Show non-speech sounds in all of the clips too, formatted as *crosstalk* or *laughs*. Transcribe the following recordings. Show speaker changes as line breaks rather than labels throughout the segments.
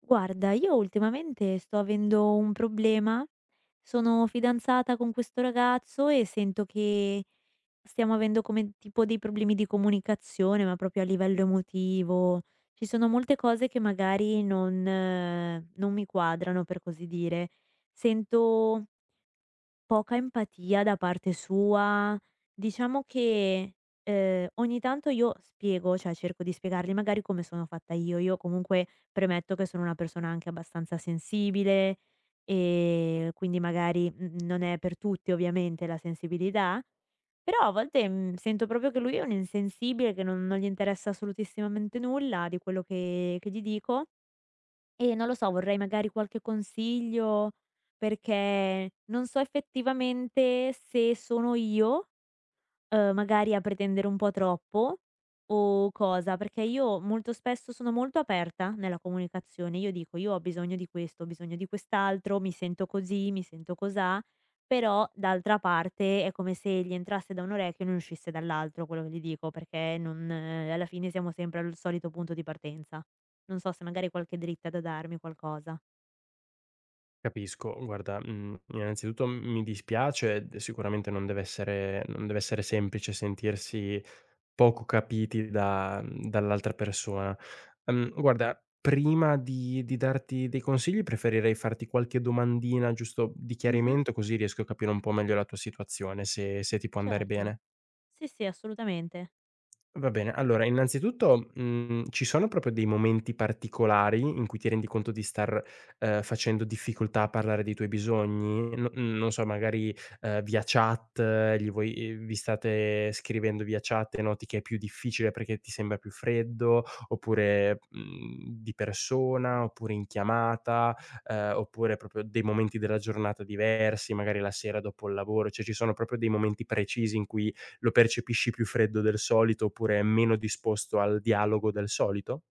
Guarda, io ultimamente sto avendo un problema. Sono fidanzata con questo ragazzo e sento che stiamo avendo come tipo dei problemi di comunicazione, ma proprio a livello emotivo. Ci sono molte cose che magari non mi quadrano, per così dire. Sento poca empatia da parte sua. Diciamo che, ogni tanto io spiego, cioè cerco di spiegargli magari come sono fatta io. Io comunque premetto che sono una persona anche abbastanza sensibile, quindi magari, non è per tutti ovviamente la sensibilità, però a volte, sento proprio che lui è un insensibile, che non gli interessa assolutissimamente nulla di quello che gli dico, e non lo so, vorrei magari qualche consiglio, perché non so effettivamente se sono io, magari a pretendere un po' troppo o cosa, perché io molto spesso sono molto aperta nella comunicazione. Io dico: "Io ho bisogno di questo, ho bisogno di quest'altro, mi sento così, mi sento cosà", però d'altra parte è come se gli entrasse da un orecchio e non uscisse dall'altro quello che gli dico, perché non alla fine siamo sempre al solito punto di partenza. Non so se magari hai qualche dritta da darmi, qualcosa.
Capisco, guarda, innanzitutto mi dispiace, d sicuramente non deve essere semplice sentirsi poco capiti dall'altra persona. Guarda, prima di darti dei consigli preferirei farti qualche domandina giusto di
Mh-mh,
chiarimento, così riesco a capire un po' meglio la tua situazione, se ti può andare
certo.
bene.
Sì, sì, assolutamente.
Va bene, allora innanzitutto, ci sono proprio dei momenti particolari in cui ti rendi conto di facendo difficoltà a parlare dei tuoi bisogni? No, non so, magari, via chat, gli vuoi vi state scrivendo via chat e noti che è più difficile perché ti sembra più freddo, oppure, di persona, oppure in chiamata, oppure proprio dei momenti della giornata diversi, magari la sera dopo il lavoro, cioè ci sono proprio dei momenti precisi in cui lo percepisci più freddo del solito oppure è meno disposto al dialogo del solito?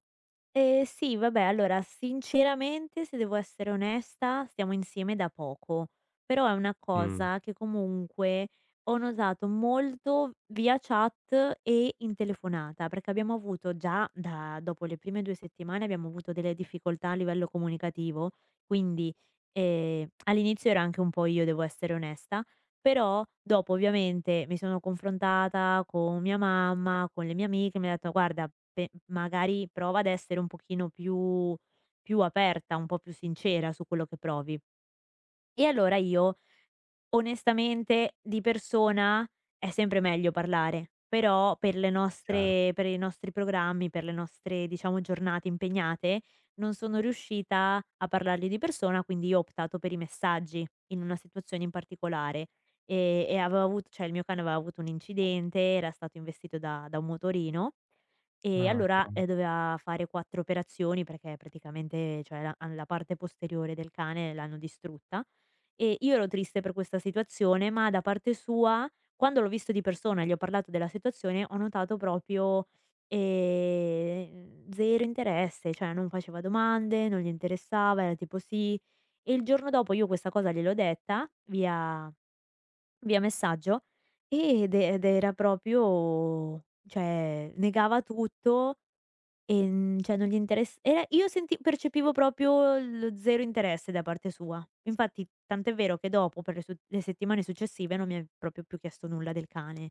Sì, vabbè, allora sinceramente, se devo essere onesta, stiamo insieme da poco, però è una
Mh,
cosa che comunque ho notato molto via chat e in telefonata, perché abbiamo avuto già da dopo le prime 2 settimane abbiamo avuto delle difficoltà a livello comunicativo, quindi, all'inizio ero anche un po' io, devo essere onesta, però dopo ovviamente mi sono confrontata con mia mamma, con le mie amiche, mi ha detto: "Guarda, pe magari prova ad essere un pochino più aperta, un po' più sincera su quello che provi". E allora io, onestamente, di persona è sempre meglio parlare, però per le
chiaro.
nostre per i nostri programmi, per le nostre diciamo giornate impegnate, non sono riuscita a parlargli di persona, quindi io ho optato per i messaggi in una situazione in particolare, e avevo avut cioè il mio cane aveva avuto un incidente, era stato investito da un motorino e
Ah,
allora,
però
doveva fare 4 operazioni perché praticamente, la parte posteriore del cane l'hanno distrutta, e io ero triste per questa situazione, ma da parte sua, quando l'ho visto di persona e gli ho parlato della situazione, ho notato proprio, zero interesse, cioè non faceva domande, non gli interessava, era tipo: "Sì". E il giorno dopo io questa cosa gliel'ho detta via messaggio, ed era proprio, cioè, negava tutto. Cioè non gli interess era io senti percepivo proprio lo 0 interesse da parte sua. Infatti tant'è vero che dopo per le settimane successive non mi ha proprio più chiesto nulla del cane.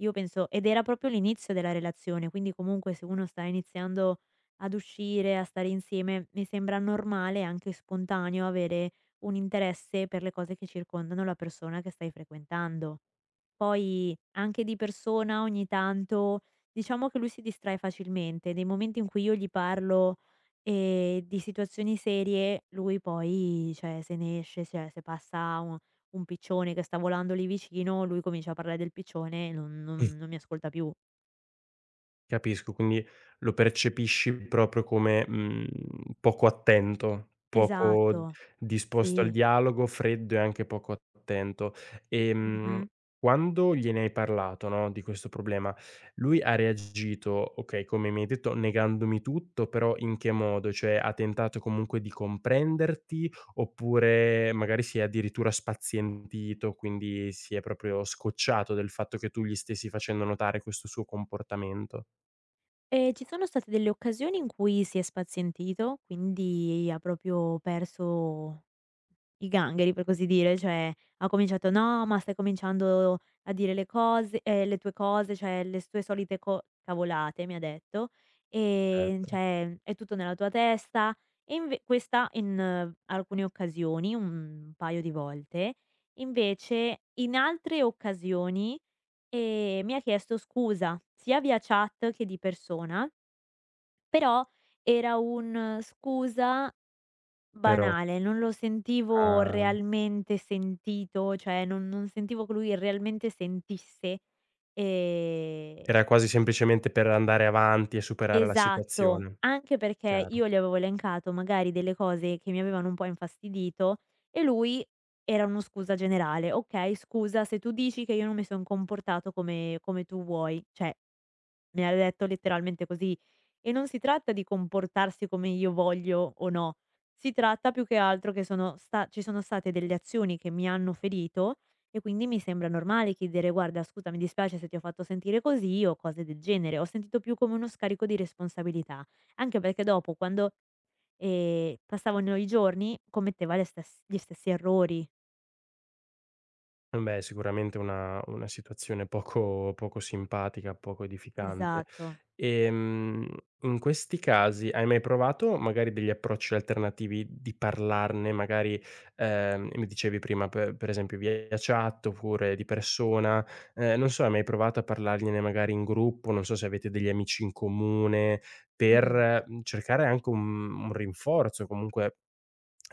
Io penso, ed era proprio l'inizio della relazione, quindi comunque se uno sta iniziando ad uscire, a stare insieme, mi sembra normale e anche spontaneo avere un interesse per le cose che circondano la persona che stai frequentando. Poi anche di persona ogni tanto, diciamo che lui si distrae facilmente. Nei momenti in cui io gli parlo, di situazioni serie, lui poi, cioè, se ne esce, cioè se passa un piccione che sta volando lì vicino, lui comincia a parlare del piccione e non mi ascolta più.
capisco, quindi lo percepisci proprio come, poco attento, poco
Esatto.
disposto al
Sì.
dialogo, freddo e anche poco attento. Ehm,
Mh-mh.
Quando gliene hai parlato, no, di questo problema, lui ha reagito, okay, come mi hai detto, negandomi tutto, però in che modo? Cioè, ha tentato comunque di comprenderti, oppure magari si è addirittura spazientito, quindi si è proprio scocciato del fatto che tu gli stessi facendo notare questo suo comportamento?
E ci sono state delle occasioni in cui si è spazientito, quindi ha proprio perso i gangheri, per così dire, cioè ha cominciato: "No, ma stai cominciando a dire le cose le tue cose, cioè le tue solite co" cavolate, mi ha detto,
Certo,
cioè: "È tutto nella tua testa". E inve Questa in alcune occasioni, un paio di volte. Invece in altre occasioni, mi ha chiesto scusa, sia via chat che di persona, però era un: "Scusa"
però,
banale, non lo sentivo
ah,
realmente sentito, cioè non sentivo che lui realmente sentisse, ehm
era quasi semplicemente per andare avanti e superare la
esatto,
situazione,
anche perché
chiaro.
io gli avevo elencato magari delle cose che mi avevano un po' infastidito, e lui era uno scusa generale: "Okay, scusa se tu dici che io non mi son comportato come tu vuoi", cioè me l'ha detto letteralmente così. E non si tratta di comportarsi come io voglio o no, si tratta più che altro che sono sta ci sono state delle azioni che mi hanno ferito, e quindi mi sembra normale chiedere: "Guarda, scusa, mi dispiace se ti ho fatto sentire così" o cose del genere. Ho sentito più come uno scarico di responsabilità, anche perché dopo, quando, passavano i giorni, commetteva le stes gli stessi errori.
Eh beh, sicuramente una situazione poco simpatica, poco edificante.
Esatto.
Ehm, In questi casi hai mai provato magari degli approcci alternativi di parlarne, magari, mi dicevi prima pe per esempio via chat oppure di persona, non so, hai mai provato a parlargliene magari in gruppo, non so se avete degli amici in comune,
Mh.
per, cercare anche un rinforzo comunque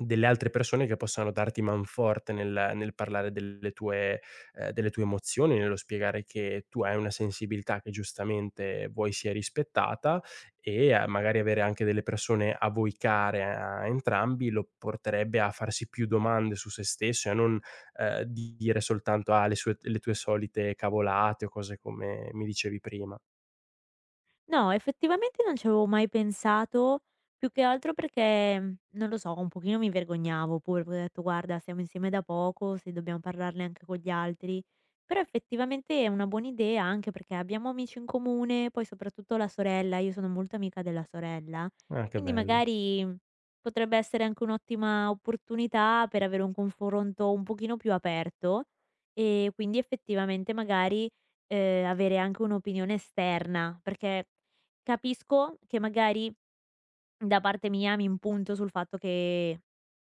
delle altre persone che possano darti manforte nel parlare delle tue emozioni, nello spiegare che tu hai una sensibilità che giustamente vuoi sia rispettata e, magari avere anche delle persone a voi care a entrambi lo porterebbe a farsi più domande su se stesso e a non, dire soltanto: "Ah, le tue solite cavolate" o cose come mi dicevi prima.
No, effettivamente non ci avevo mai pensato, più che altro perché, non lo so, un pochino mi vergognavo pure, perché ho detto: "Guarda, siamo insieme da poco, se dobbiamo parlarne anche con gli altri". Però effettivamente è una buona idea, anche perché abbiamo amici in comune, poi soprattutto la sorella, io sono molto amica della sorella,
Ah, che
quindi
bello.
magari, potrebbe essere anche un'ottima opportunità per avere un confronto un pochino più aperto, e quindi effettivamente magari, avere anche un'opinione esterna, perché capisco che magari da parte mia mi impunto sul fatto che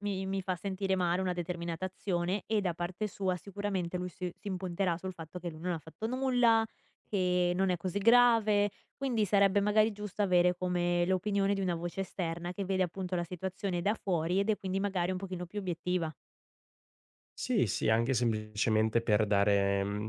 mi fa sentire male una determinata azione, e da parte sua sicuramente lui si impunterà sul fatto che lui non ha fatto nulla, che non è così grave, quindi sarebbe magari giusto avere come l'opinione di una voce esterna che vede appunto la situazione da fuori ed è quindi magari un pochino più obiettiva.
Sì, sì, anche semplicemente per dare,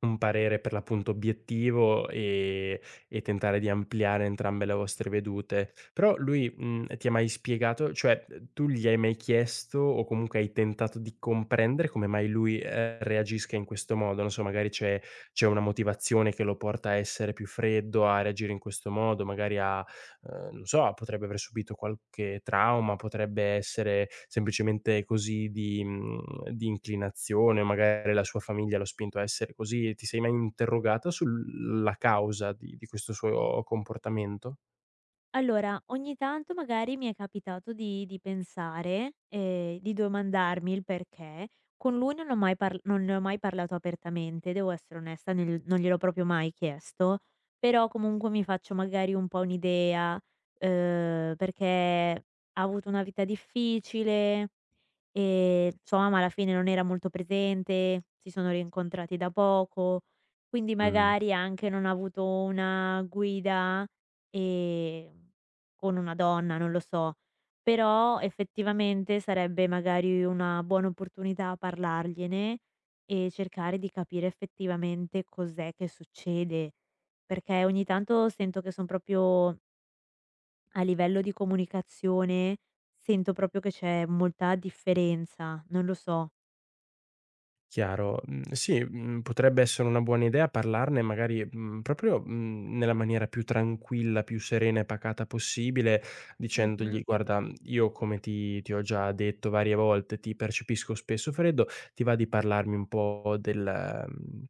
un parere per l'appunto obiettivo, e tentare di ampliare entrambe le vostre vedute. Però lui, ti ha mai spiegato, cioè, tu gli hai mai chiesto o comunque hai tentato di comprendere come mai lui, reagisca in questo modo? Non so, magari c'è una motivazione che lo porta a essere più freddo, a reagire in questo modo, magari a non so, potrebbe aver subito qualche trauma, potrebbe essere semplicemente così di di inclinazione, magari la sua famiglia l'ha spinto a essere così. Ti sei mai interrogata sulla causa di questo suo comportamento?
Allora, ogni tanto magari mi è capitato di pensare, di domandarmi il perché. Con lui non ne ho mai parlato apertamente, devo essere onesta, nel non gliel'ho proprio mai chiesto, però comunque mi faccio magari un po' un'idea, perché ha avuto una vita difficile. Sua mamma alla fine non era molto presente, si sono rincontrati da poco, quindi
Mh.
magari anche non ha avuto una guida, ehm, con una donna, non lo so. Però effettivamente sarebbe magari una buona opportunità parlargliene e cercare di capire effettivamente cos'è che succede, perché ogni tanto sento che son proprio, a livello di comunicazione, sento proprio che c'è molta differenza, non lo so.
Chiaro. Mhmm, sì, potrebbe essere una buona idea parlarne magari, proprio, nella maniera più tranquilla, più serena e pacata possibile,
Mh-mh,
dicendogli: "Guarda, io come ti ho già detto varie volte, ti percepisco spesso freddo, ti va di parlarmi un po' del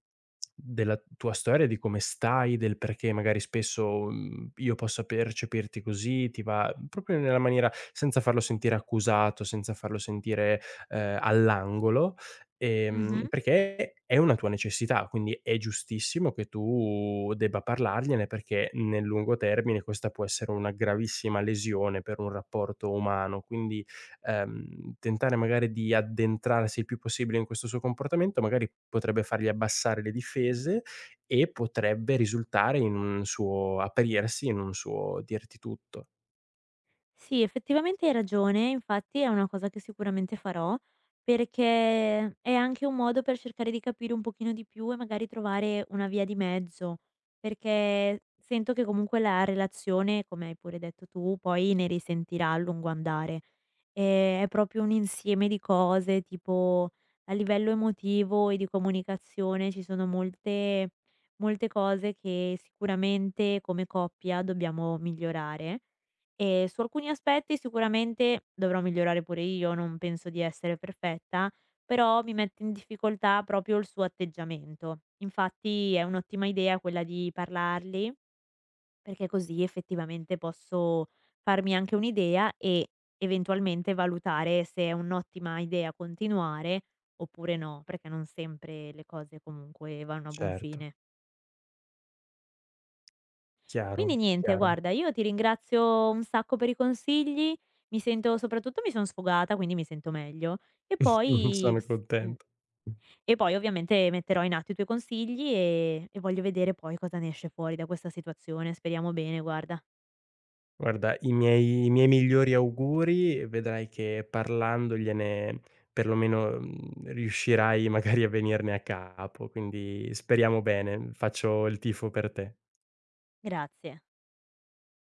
della tua storia, di come stai, del perché magari spesso, io possa percepirti così, ti va", proprio nella maniera senza farlo sentire accusato, senza farlo sentire, all'angolo,
mh-mh.
perché è una tua necessità, quindi è giustissimo che tu debba parlargliene, perché nel lungo termine questa può essere una gravissima lesione per un rapporto umano. Quindi, tentare magari di addentrarsi il più possibile in questo suo comportamento, magari potrebbe fargli abbassare le difese e potrebbe risultare in un suo aprirsi, in un suo dirti tutto.
Sì, effettivamente hai ragione, infatti è una cosa che sicuramente farò, perché è anche un modo per cercare di capire un pochino di più e magari trovare una via di mezzo, perché sento che comunque la relazione, come hai pure detto tu, poi ne risentirà a lungo andare. È proprio un insieme di cose, tipo a livello emotivo e di comunicazione ci sono molte cose che sicuramente come coppia dobbiamo migliorare, e su alcuni aspetti sicuramente dovrò migliorare pure io, non penso di essere perfetta, però mi mette in difficoltà proprio il suo atteggiamento. Infatti è un'ottima idea quella di parlarli, perché così effettivamente posso farmi anche un'idea e eventualmente valutare se è un'ottima idea continuare oppure no, perché non sempre le cose comunque vanno a buon
Certo,
fine. Quindi
chiaro,
niente,
chiaro.
guarda, io ti ringrazio un sacco per i consigli, mi sento, soprattutto mi son sfogata, quindi mi sento meglio, e
*laughs* Sono contento.
e poi ovviamente metterò in atto i tuoi consigli, e voglio vedere poi cosa ne esce fuori da questa situazione. Speriamo bene, guarda.
Guarda, i miei migliori auguri, vedrai che parlandogliene perlomeno, riuscirai magari a venirne a capo, quindi speriamo bene. Faccio il tifo per te.
Grazie.